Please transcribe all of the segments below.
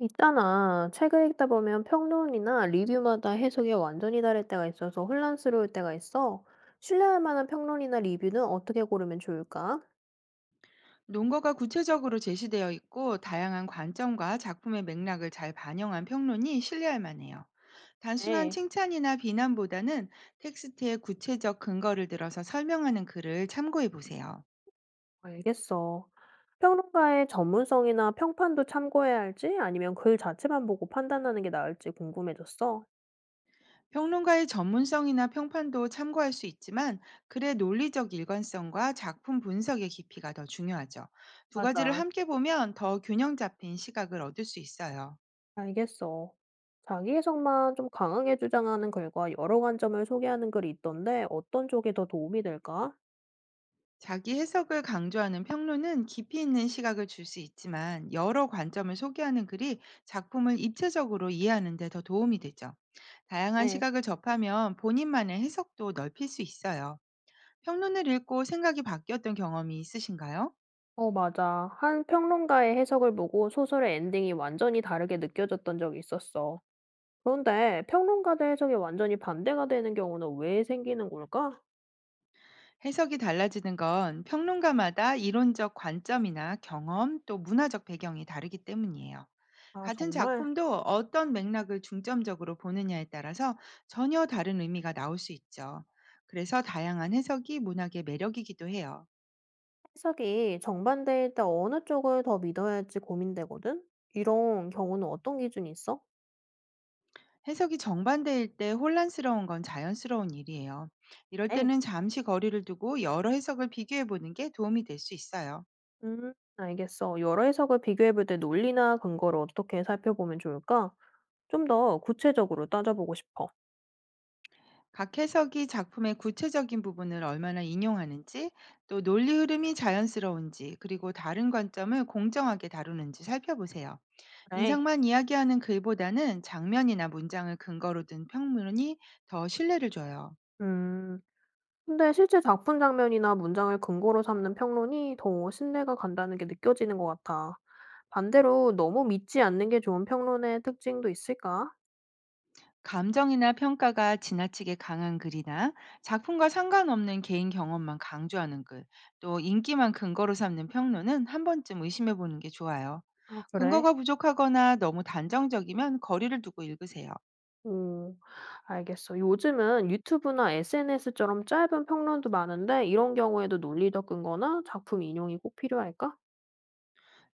있잖아. 책을 읽다 보면 평론이나 리뷰마다 해석이 완전히 다를 때가 있어서 혼란스러울 때가 있어. 신뢰할 만한 평론이나 리뷰는 어떻게 고르면 좋을까? 논거가 구체적으로 제시되어 있고 다양한 관점과 작품의 맥락을 잘 반영한 평론이 신뢰할 만해요. 단순한 네, 칭찬이나 비난보다는 텍스트의 구체적 근거를 들어서 설명하는 글을 참고해 보세요. 알겠어. 평론가의 전문성이나 평판도 참고해야 할지 아니면 글 자체만 보고 판단하는 게 나을지 궁금해졌어. 평론가의 전문성이나 평판도 참고할 수 있지만, 글의 논리적 일관성과 작품 분석의 깊이가 더 중요하죠. 두 가지를 맞아. 함께 보면 더 균형 잡힌 시각을 얻을 수 있어요. 알겠어. 자기 해석만 좀 강하게 주장하는 글과 여러 관점을 소개하는 글이 있던데 어떤 쪽이 더 도움이 될까? 자기 해석을 강조하는 평론은 깊이 있는 시각을 줄 수 있지만, 여러 관점을 소개하는 글이 작품을 입체적으로 이해하는 데 더 도움이 되죠. 다양한 네. 시각을 접하면 본인만의 해석도 넓힐 수 있어요. 평론을 읽고 생각이 바뀌었던 경험이 있으신가요? 어 맞아. 한 평론가의 해석을 보고 소설의 엔딩이 완전히 다르게 느껴졌던 적이 있었어. 그런데 평론가들 해석이 완전히 반대가 되는 경우는 왜 생기는 걸까? 해석이 달라지는 건 평론가마다 이론적 관점이나 경험, 또 문화적 배경이 다르기 때문이에요. 아 같은 정말. 작품도 어떤 맥락을 중점적으로 보느냐에 따라서 전혀 다른 의미가 나올 수 있죠. 그래서 다양한 해석이 문학의 매력이기도 해요. 해석이 정반대일 때 어느 쪽을 더 믿어야 할지 고민되거든? 이런 경우는 어떤 기준이 있어? 해석이 정반대일 때 혼란스러운 건 자연스러운 일이에요. 이럴 네. 때는 잠시 거리를 두고 여러 해석을 비교해 보는 게 도움이 될 수 있어요. 알겠어. 여러 해석을 비교해 볼 때 논리나 근거를 어떻게 살펴보면 좋을까? 좀 더 구체적으로 따져보고 싶어. 각 해석이 작품의 구체적인 부분을 얼마나 인용하는지, 또 논리 흐름이 자연스러운지, 그리고 다른 관점을 공정하게 다루는지 살펴보세요. 그래. 인상만 이야기하는 글보다는 장면이나 문장을 근거로 든 평론이 더 신뢰를 줘요. 음. 근데 실제 작품 장면이나 문장을 근거로 삼는 평론이 더 신뢰가 간다는 게 느껴지는 것 같아. 반대로 너무 믿지 않는 게 좋은 평론의 특징도 있을까? 감정이나 평가가 지나치게 강한 글이나 작품과 상관없는 개인 경험만 강조하는 글, 또 인기만 근거로 삼는 평론은 한 번쯤 의심해 보는 게 좋아요. 아, 그래? 근거가 부족하거나 너무 단정적이면 거리를 두고 읽으세요. 오, 알겠어. 요즘은 유튜브나 SNS처럼 짧은 평론도 많은데 이런 경우에도 논리적 근거나 작품 인용이 꼭 필요할까?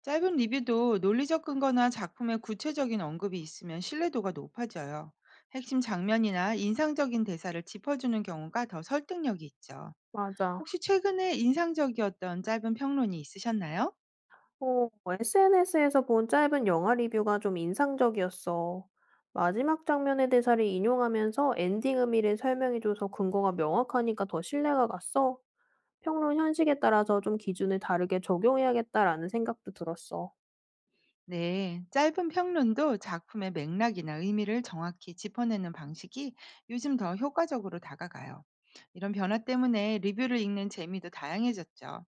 짧은 리뷰도 논리적 근거나 작품의 구체적인 언급이 있으면 신뢰도가 높아져요. 핵심 장면이나 인상적인 대사를 짚어주는 경우가 더 설득력이 있죠. 맞아. 혹시 최근에 인상적이었던 짧은 평론이 있으셨나요? 어, SNS에서 본 짧은 영화 리뷰가 좀 인상적이었어. 마지막 장면의 대사를 인용하면서 엔딩 의미를 설명해줘서 근거가 명확하니까 더 신뢰가 갔어. 평론 현실에 따라서 좀 기준을 다르게 적용해야겠다라는 생각도 들었어. 네, 짧은 평론도 작품의 맥락이나 의미를 정확히 짚어내는 방식이 요즘 더 효과적으로 다가가요. 이런 변화 때문에 리뷰를 읽는 재미도 다양해졌죠.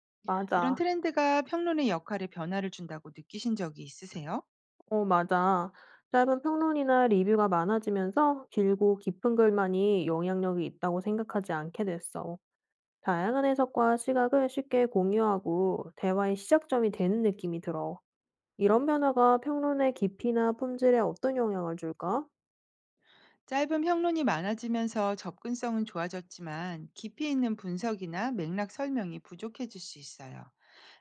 이런 맞아. 트렌드가 평론의 역할에 변화를 준다고 느끼신 적이 있으세요? 어, 맞아. 짧은 평론이나 리뷰가 많아지면서 길고 깊은 글만이 영향력이 있다고 생각하지 않게 됐어. 다양한 해석과 시각을 쉽게 공유하고 대화의 시작점이 되는 느낌이 들어. 이런 변화가 평론의 깊이나 품질에 어떤 영향을 줄까? 짧은 평론이 많아지면서 접근성은 좋아졌지만, 깊이 있는 분석이나 맥락 설명이 부족해질 수 있어요.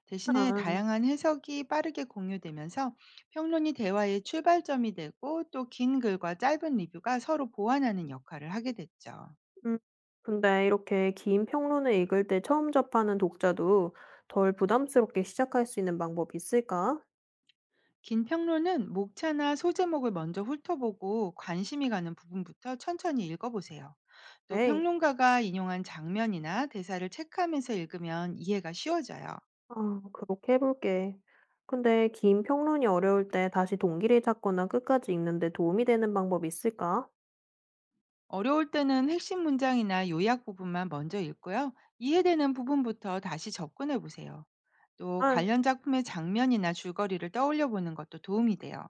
대신에 아, 다양한 해석이 빠르게 공유되면서 평론이 대화의 출발점이 되고, 또 긴 글과 짧은 리뷰가 서로 보완하는 역할을 하게 됐죠. 음. 근데 이렇게 긴 평론을 읽을 때 처음 접하는 독자도 덜 부담스럽게 시작할 수 있는 방법이 있을까? 긴 평론은 목차나 소제목을 먼저 훑어보고 관심이 가는 부분부터 천천히 읽어보세요. 또 에이, 평론가가 인용한 장면이나 대사를 체크하면서 읽으면 이해가 쉬워져요. 아, 그렇게 해볼게. 근데 긴 평론이 어려울 때 다시 동기를 찾거나 끝까지 읽는데 도움이 되는 방법이 있을까? 어려울 때는 핵심 문장이나 요약 부분만 먼저 읽고요, 이해되는 부분부터 다시 접근해 보세요. 또 아, 관련 작품의 장면이나 줄거리를 떠올려 보는 것도 도움이 돼요.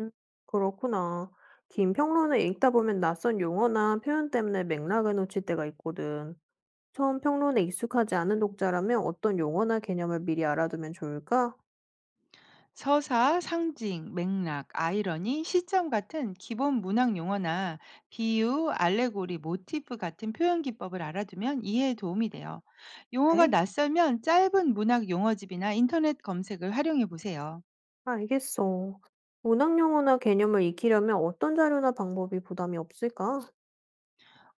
음, 그렇구나. 긴 평론을 읽다 보면 낯선 용어나 표현 때문에 맥락을 놓칠 때가 있거든. 처음 평론에 익숙하지 않은 독자라면 어떤 용어나 개념을 미리 알아두면 좋을까? 서사, 상징, 맥락, 아이러니, 시점 같은 기본 문학 용어나 비유, 알레고리, 모티프 같은 표현 기법을 알아두면 이해에 도움이 돼요. 용어가 네. 낯설면 짧은 문학 용어집이나 인터넷 검색을 활용해 보세요. 알겠어. 문학 용어나 개념을 익히려면 어떤 자료나 방법이 부담이 없을까?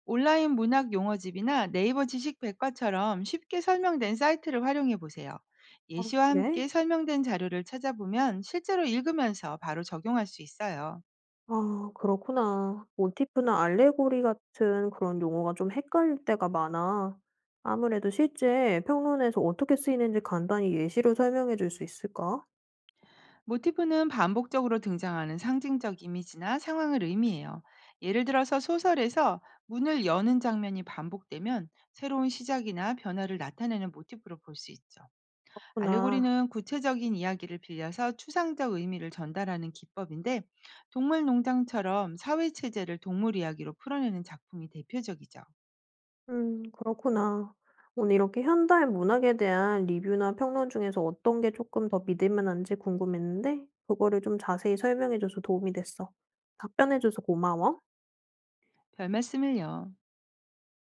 온라인 문학 용어집이나 네이버 지식 백과처럼 쉽게 설명된 사이트를 활용해 보세요. 어, 예시와 그래? 함께 설명된 자료를 찾아보면 실제로 읽으면서 바로 적용할 수 있어요. 아, 그렇구나. 모티프나 알레고리 같은 그런 용어가 좀 헷갈릴 때가 많아. 아무래도 실제 평론에서 어떻게 쓰이는지 간단히 예시로 설명해 줄 수 있을까? 모티프는 반복적으로 등장하는 상징적 이미지나 상황을 의미해요. 예를 들어서 소설에서 문을 여는 장면이 반복되면 새로운 시작이나 변화를 나타내는 모티프로 볼 수 있죠. 그렇구나. 알레고리는 구체적인 이야기를 빌려서 추상적 의미를 전달하는 기법인데, 동물 농장처럼 사회 체제를 동물 이야기로 풀어내는 작품이 대표적이죠. 그렇구나. 오늘 이렇게 현대 문학에 대한 리뷰나 평론 중에서 어떤 게 조금 더 믿을 만한지 궁금했는데, 그거를 좀 자세히 설명해줘서 도움이 됐어. 답변해줘서 고마워. 별 말씀을요.